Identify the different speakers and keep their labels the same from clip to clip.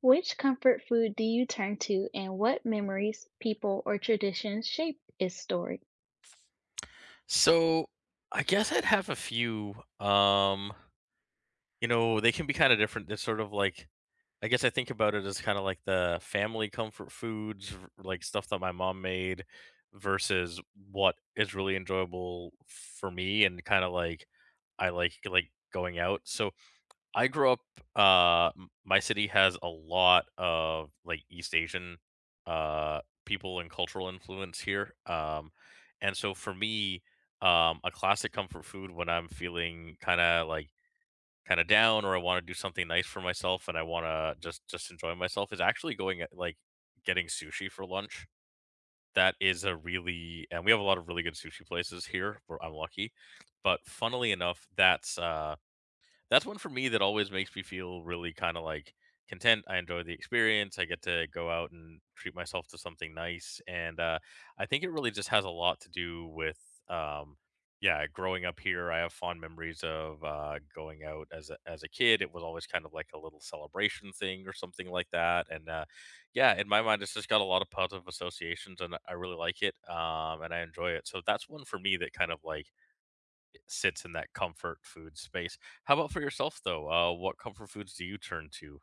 Speaker 1: Which comfort food do you turn to, and what memories, people, or traditions shape its story?
Speaker 2: So I guess I'd have a few. Um, you know, they can be kind of different. They're sort of like I guess I think about it as kind of like the family comfort foods, like stuff that my mom made, versus what is really enjoyable for me and kind of like I like going out. So I grew up, my city has a lot of like East Asian people and cultural influence here. And so for me, a classic comfort food when I'm feeling kind of down, or I want to do something nice for myself and I want to just enjoy myself, is actually going at, like, getting sushi for lunch. That is a really and we have a lot of really good sushi places here, where I'm lucky. But funnily enough, that's one for me that always makes me feel really kind of like content. I enjoy the experience. I get to go out and treat myself to something nice. And I think it really just has a lot to do with, um, yeah, growing up here. I have fond memories of going out as as a kid. It was always kind of like a little celebration thing or something like that. And yeah, in my mind, it's just got a lot of positive associations, and I really like it. And I enjoy it. So that's one for me that kind of like sits in that comfort food space. How about for yourself though? What comfort foods do you turn to?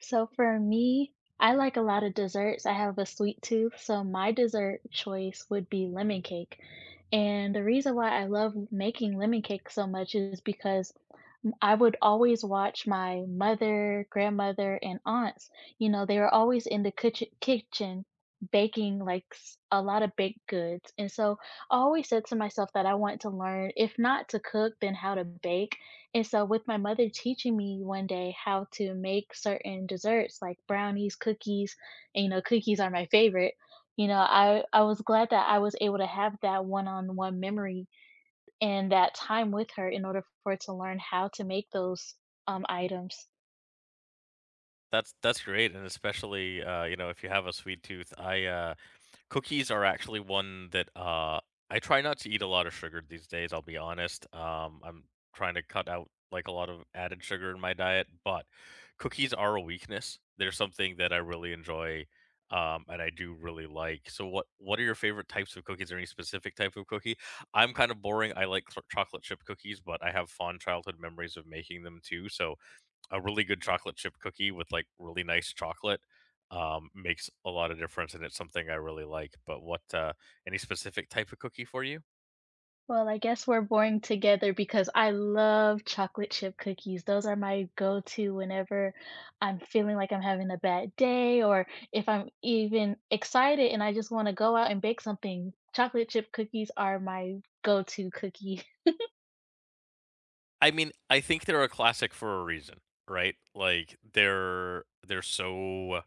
Speaker 1: So for me, I like a lot of desserts. I have a sweet tooth, so my dessert choice would be lemon cake. And the reason why I love making lemon cake so much is because I would always watch my mother, grandmother, and aunts. You know, they were always in the kitchen baking like a lot of baked goods. And so I always said to myself that I want to learn, if not to cook, then how to bake. And so, with my mother teaching me one day how to make certain desserts like brownies, cookies, and you know, cookies are my favorite. I was glad that I was able to have that one on one memory and that time with her in order for her to learn how to make those items.
Speaker 2: That's great, and especially you know, if you have a sweet tooth, I cookies are actually one that, I try not to eat a lot of sugar these days, I'll be honest. I'm trying to cut out, like, a lot of added sugar in my diet, but cookies are a weakness. They're something that I really enjoy, and I do really like. So what are your favorite types of cookies, or any specific type of cookie? I'm kind of boring. I like cl chocolate chip cookies, but I have fond childhood memories of making them too. So a really good chocolate chip cookie with like really nice chocolate, makes a lot of difference, and it's something I really like. But what any specific type of cookie for you?
Speaker 1: Well, I guess we're boring together because I love chocolate chip cookies. Those are my go-to whenever I'm feeling like I'm having a bad day or if I'm even excited and I just want to go out and bake something. Chocolate chip cookies are my go-to cookie.
Speaker 2: I mean, I think they're a classic for a reason, right? Like they're so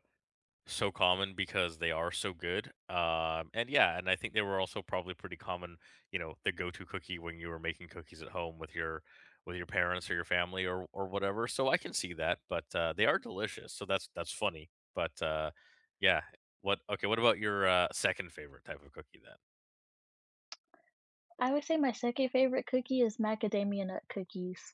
Speaker 2: so common because they are so good. And yeah, and I think they were also probably pretty common, you know, the go-to cookie when you were making cookies at home with your parents or your family or whatever. So I can see that, but they are delicious. So that's funny. But yeah, what okay, what about your second favorite type of cookie?
Speaker 1: I would say my second favorite cookie is macadamia nut cookies.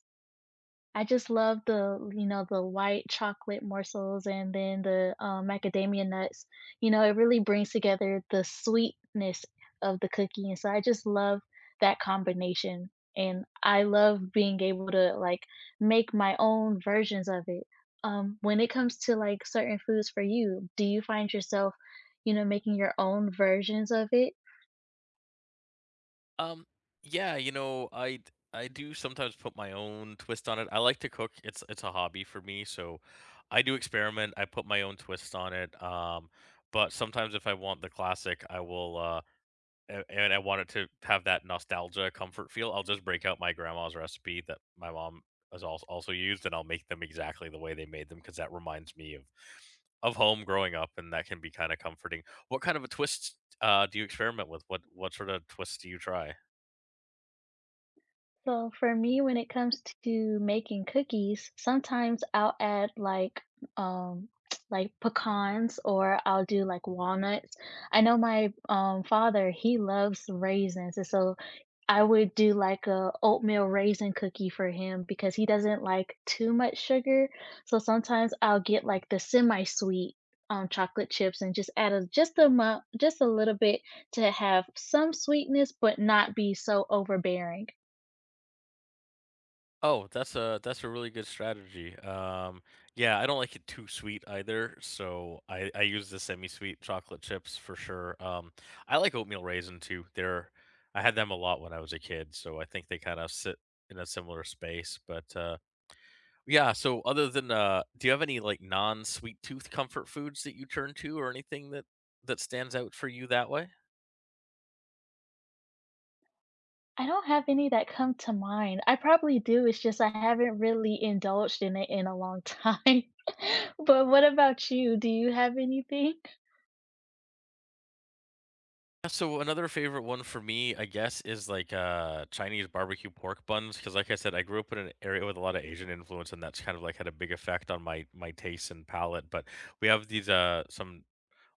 Speaker 1: I just love the, you know, the white chocolate morsels and then the macadamia nuts. You know, it really brings together the sweetness of the cookie. And so I just love that combination. And I love being able to like make my own versions of it. When it comes to like certain foods for you, do you find yourself, you know, making your own versions of it?
Speaker 2: Um, yeah, you know, I do sometimes put my own twist on it. I like to cook. It's a hobby for me, so I do experiment. I put my own twist on it. But sometimes if I want the classic, I will and I want it to have that nostalgia comfort feel, I'll just break out my grandma's recipe that my mom has also used, and I'll make them exactly the way they made them, because that reminds me of home growing up, and that can be kind of comforting. What kind of a twist do you experiment with? What sort of twists do you try?
Speaker 1: So for me, when it comes to making cookies, sometimes I'll add like um like pecans or I'll do like walnuts. I know my father, he loves raisins, and so I would do like a oatmeal raisin cookie for him because he doesn't like too much sugar. So sometimes I'll get like the semi-sweet chocolate chips and just add a just a mu- just a little bit to have some sweetness but not be so overbearing.
Speaker 2: Oh, that's a really good strategy. Yeah, I don't like it too sweet either, so I use the semi-sweet chocolate chips for sure. I like oatmeal raisin too. They're I had them a lot when I was a kid, so I think they kind of sit in a similar space, but yeah. So other than do you have any like non-sweet tooth comfort foods that you turn to, or anything that stands out for you that way?
Speaker 1: I don't have any that come to mind. I probably do, it's just I haven't really indulged in it in a long time. But what about you? Do you have anything?
Speaker 2: Yeah. So another favorite one for me, I guess, is like Chinese barbecue pork buns, because like I said, I grew up in an area with a lot of Asian influence, and that's kind of like had a big effect on my taste and palate. But we have these some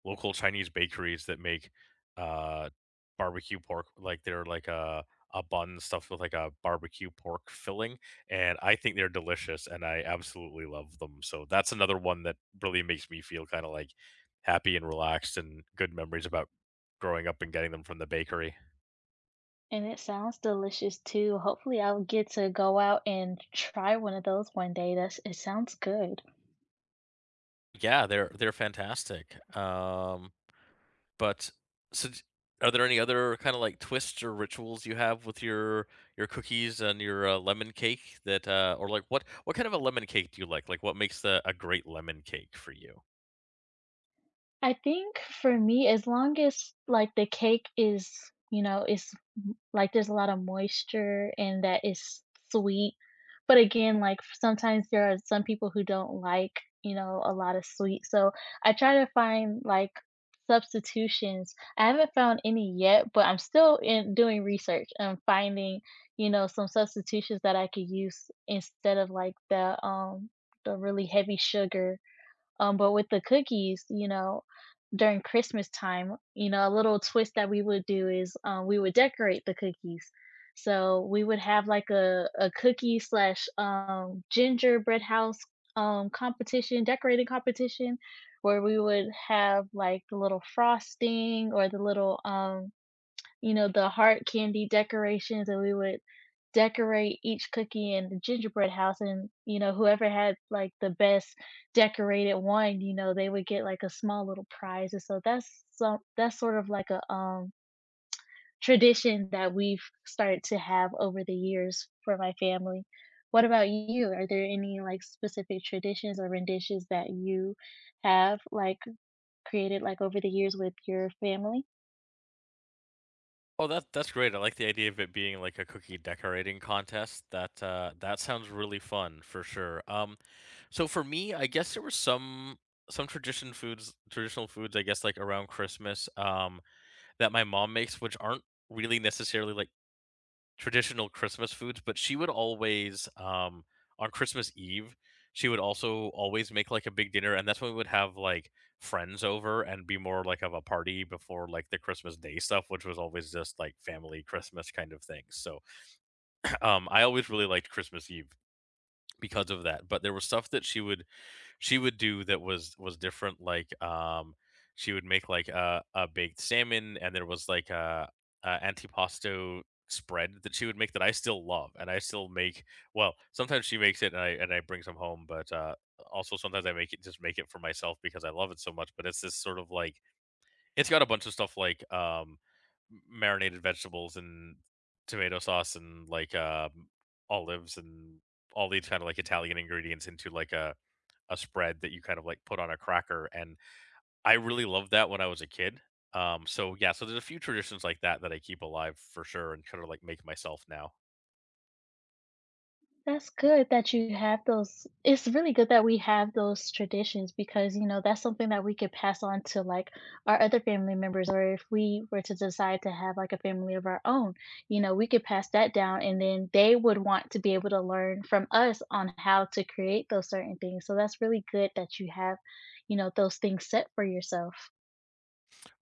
Speaker 2: local Chinese bakeries that make uh barbecue pork, like they're like a bun stuffed with like a barbecue pork filling, and I think they're delicious and I absolutely love them. So that's another one that really makes me feel kind of like happy and relaxed, and good memories about growing up and getting them from the bakery.
Speaker 1: And it sounds delicious too. Hopefully, I'll get to go out and try one of those one day. That's, it sounds good.
Speaker 2: Yeah, they're fantastic. But so d Are there any other kinda, like, twists or rituals you have with your cookies and your, lemon cake that, or, like, what kind of a lemon cake do you like? Like, what makes a great lemon cake for you?
Speaker 1: I think for me, as long as like the cake is, you know, is like, there's a lot of moisture and that is sweet. But again, like, sometimes there are some people who don't like, you know, a lot of sweet, so I try to find, like, substitutions. I haven't found any yet, but I'm still in doing research and finding, you know, some substitutions that I could use instead of, like, the really heavy sugar. But with the cookies, you know, during Christmas time, you know, a little twist that we would do is we would decorate the cookies. So we would have like a cookie slash gingerbread house competition, decorating competition, where we would have like the little frosting or the little you know, the heart candy decorations, and we would decorate each cookie in the gingerbread house. And, you know, whoever had like the best decorated one, you know, they would get like a small little prize. And so that's, so that's sort of like a tradition that we've started to have over the years for my family. What about you? Are there any like specific traditions or renditions that you have like created like over the years with your family?
Speaker 2: Oh, that that's great. I like the idea of it being, like, a cookie decorating contest. That, that sounds really fun for sure. So for me, I guess there were some traditional foods, I guess, like, around Christmas, that my mom makes, which aren't really necessarily, like, traditional Christmas foods, but she would always on Christmas Eve, she would also always make like a big dinner, and that's when we would have like friends over and be more like of a party before like the Christmas Day stuff, which was always just like family Christmas kind of things. So, I always really liked Christmas Eve because of that. But there was stuff that she would do that was different, like she would make like a baked salmon, and there was like a antipasto spread that she would make that I still love and I still make. Well, sometimes she makes it and I bring some home, but also sometimes I make it, for myself because I love it so much. But it's this sort of like, it's got a bunch of stuff like marinated vegetables and tomato sauce, and like olives and all these kind of like Italian ingredients, into like a spread that you kind of like put on a cracker, and I really loved that when I was a kid. So yeah, so there's a few traditions like that that I keep alive for sure and kind of like make myself now.
Speaker 1: That's good that you have those, it's really good that we have those traditions because, you know, that's something that we could pass on to like our other family members, or if we were to decide to have like a family of our own, you know, we could pass that down and then they would want to be able to learn from us on how to create those certain things. So that's really good that you have, you know, those things set for yourself.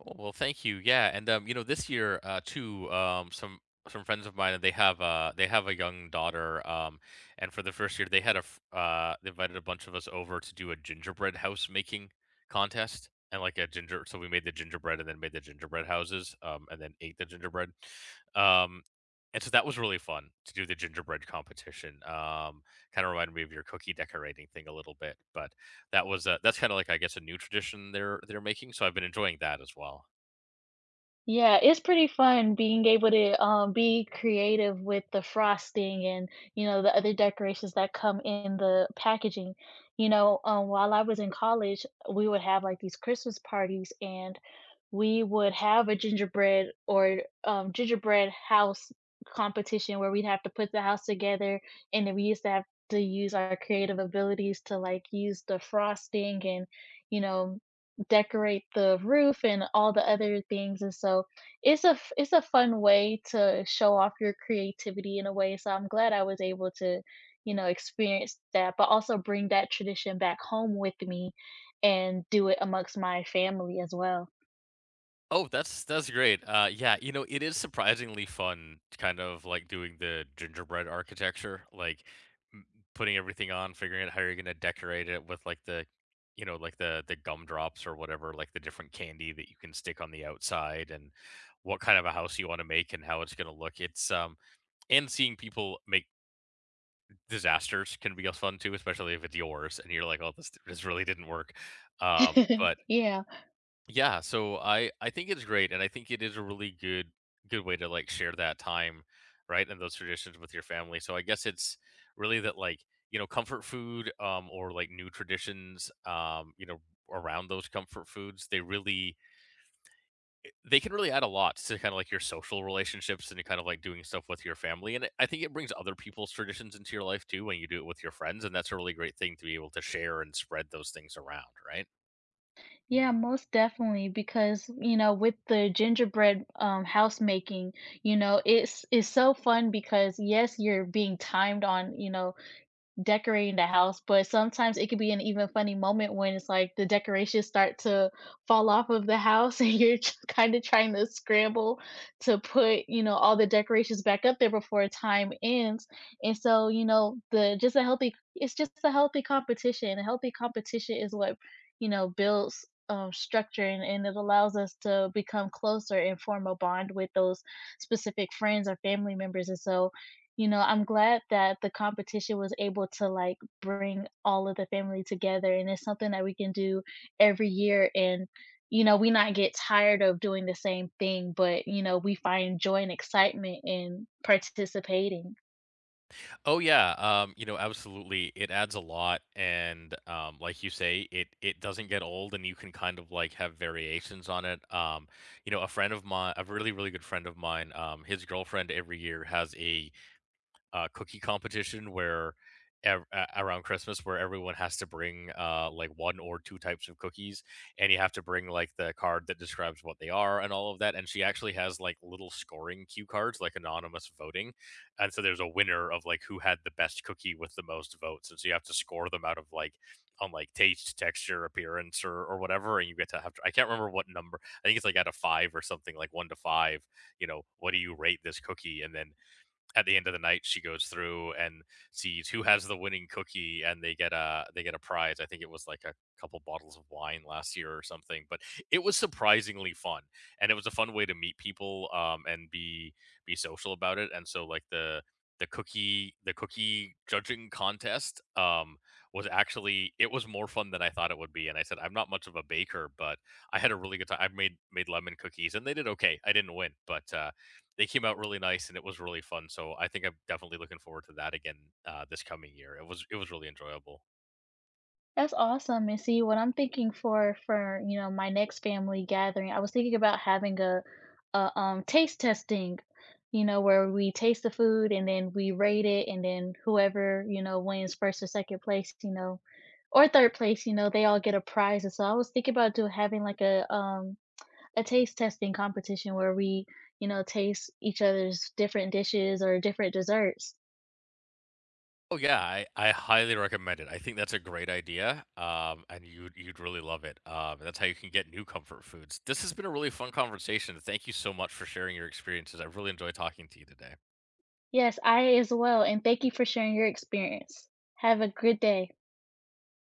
Speaker 2: Oh, well, thank you. Yeah, and you know, this year, some friends of mine, they have a young daughter, and for the first year, they had they invited a bunch of us over to do a gingerbread house making contest, and so we made the gingerbread and then made the gingerbread houses, and then ate the gingerbread, um, and so that was really fun to do the gingerbread competition. Kind of reminded me of your cookie decorating thing a little bit. But that was a that's kinda like, I guess, a new tradition they're making, so I've been enjoying that as well.
Speaker 1: Yeah, it's pretty fun being able to, be creative with the frosting and, you know, the other decorations that come in the packaging. You know, while I was in college, we would have, like, these Christmas parties, and we would have a gingerbread or, gingerbread house competition where we'd have to put the house together, and then we used to have to use our creative abilities to, like, use the frosting and, you know, decorate the roof and all the other things, and so it's a fun way to show off your creativity in a way, so I'm glad I was able to, you know, experience that, but also bring that tradition back home with me and do it amongst my family as well.
Speaker 2: Oh, that's great. Yeah, you know, it is surprisingly fun kind of, like, doing the gingerbread architecture, like, m putting everything on, figuring out how you're gonna decorate it with, like, the you know, like, the gumdrops or whatever, like, the different candy that you can stick on the outside, and what kind of a house you wanna make and how it's gonna look. It's, and Seeing people make disasters can be fun too, especially if it's yours and you're like, "Oh, this really didn't work." But
Speaker 1: Yeah,
Speaker 2: Yeah, so I think it's great, and I think it is a really good way to like share that time, right, and those traditions with your family. So I guess it's really that like, you know, comfort food, or like new traditions, you know, around those comfort foods. They can really add a lot to kind of like your social relationships and kind of like doing stuff with your family. And I think it brings other people's traditions into your life too when you do it with your friends. And that's a really great thing to be able to share and spread those things around, right?
Speaker 1: yeah, most definitely because, you know, with the gingerbread house making, you know, it's so fun because yes, you're being timed on, you know, decorating the house, but sometimes it could be an even funny moment when it's like the decorations start to fall off of the house and you're kind of trying to scramble to put, you know, all the decorations back up there before time ends. And so, you know, the just a healthy it's just a healthy competition. A healthy competition is what, you know, builds structure and it allows us to become closer and form a bond with those specific friends or family members. And so, you know, I'm glad that the competition was able to, like, bring all of the family together, and it's something that we can do every year and, you know, we not get tired of doing the same thing, but, you know, we find joy and excitement in participating.
Speaker 2: Oh yeah, you know, absolutely. It adds a lot, and like you say, it doesn't get old, and you can kind of like have variations on it. You know, a friend of mine, a really good friend of mine, his girlfriend every year has a cookie competition where around Christmas, where everyone has to bring like one or two types of cookies, and you have to bring like the card that describes what they are and all of that. And she actually has like little scoring cue cards, like anonymous voting, and so there's a winner of like who had the best cookie with the most votes. And so you have to score them out of like on like taste, texture, appearance, or whatever, and you get to have to. I can't remember what number. I think it's like out of five or something, like one to five. You know, what do you rate this cookie? And then at the end of the night she goes through and sees who has the winning cookie, and they get a prize. I think it was like a couple bottles of wine last year or something, but it was surprisingly fun, and it was a fun way to meet people, and be social about it. And so like the cookie judging contest, was actually, it was more fun than I thought it would be. And I said I'm not much of a baker, but I had a really good time. I made lemon cookies, and they did okay. I didn't win, but they came out really nice and it was really fun. So I think I'm definitely looking forward to that again this coming year. It was really enjoyable.
Speaker 1: That's awesome, and see, what I'm thinking for, you know, my next family gathering, I was thinking about having a, taste testing, you know, where we taste the food and then we rate it, and then whoever, you know, wins 1st or 2nd place, you know, or 3rd place, you know, they all get a prize, and so I was thinking about doing having, like, a taste testing competition where we, you know, taste each other's different dishes or different desserts.
Speaker 2: Oh yeah, I highly recommend it. I think that's a great idea, and you'd really love it. And that's how you can get new comfort foods. This has been a really fun conversation. Thank you so much for sharing your experiences. I really enjoyed talking to you today.
Speaker 1: Yes, I as well, and thank you for sharing your experience. Have a good day.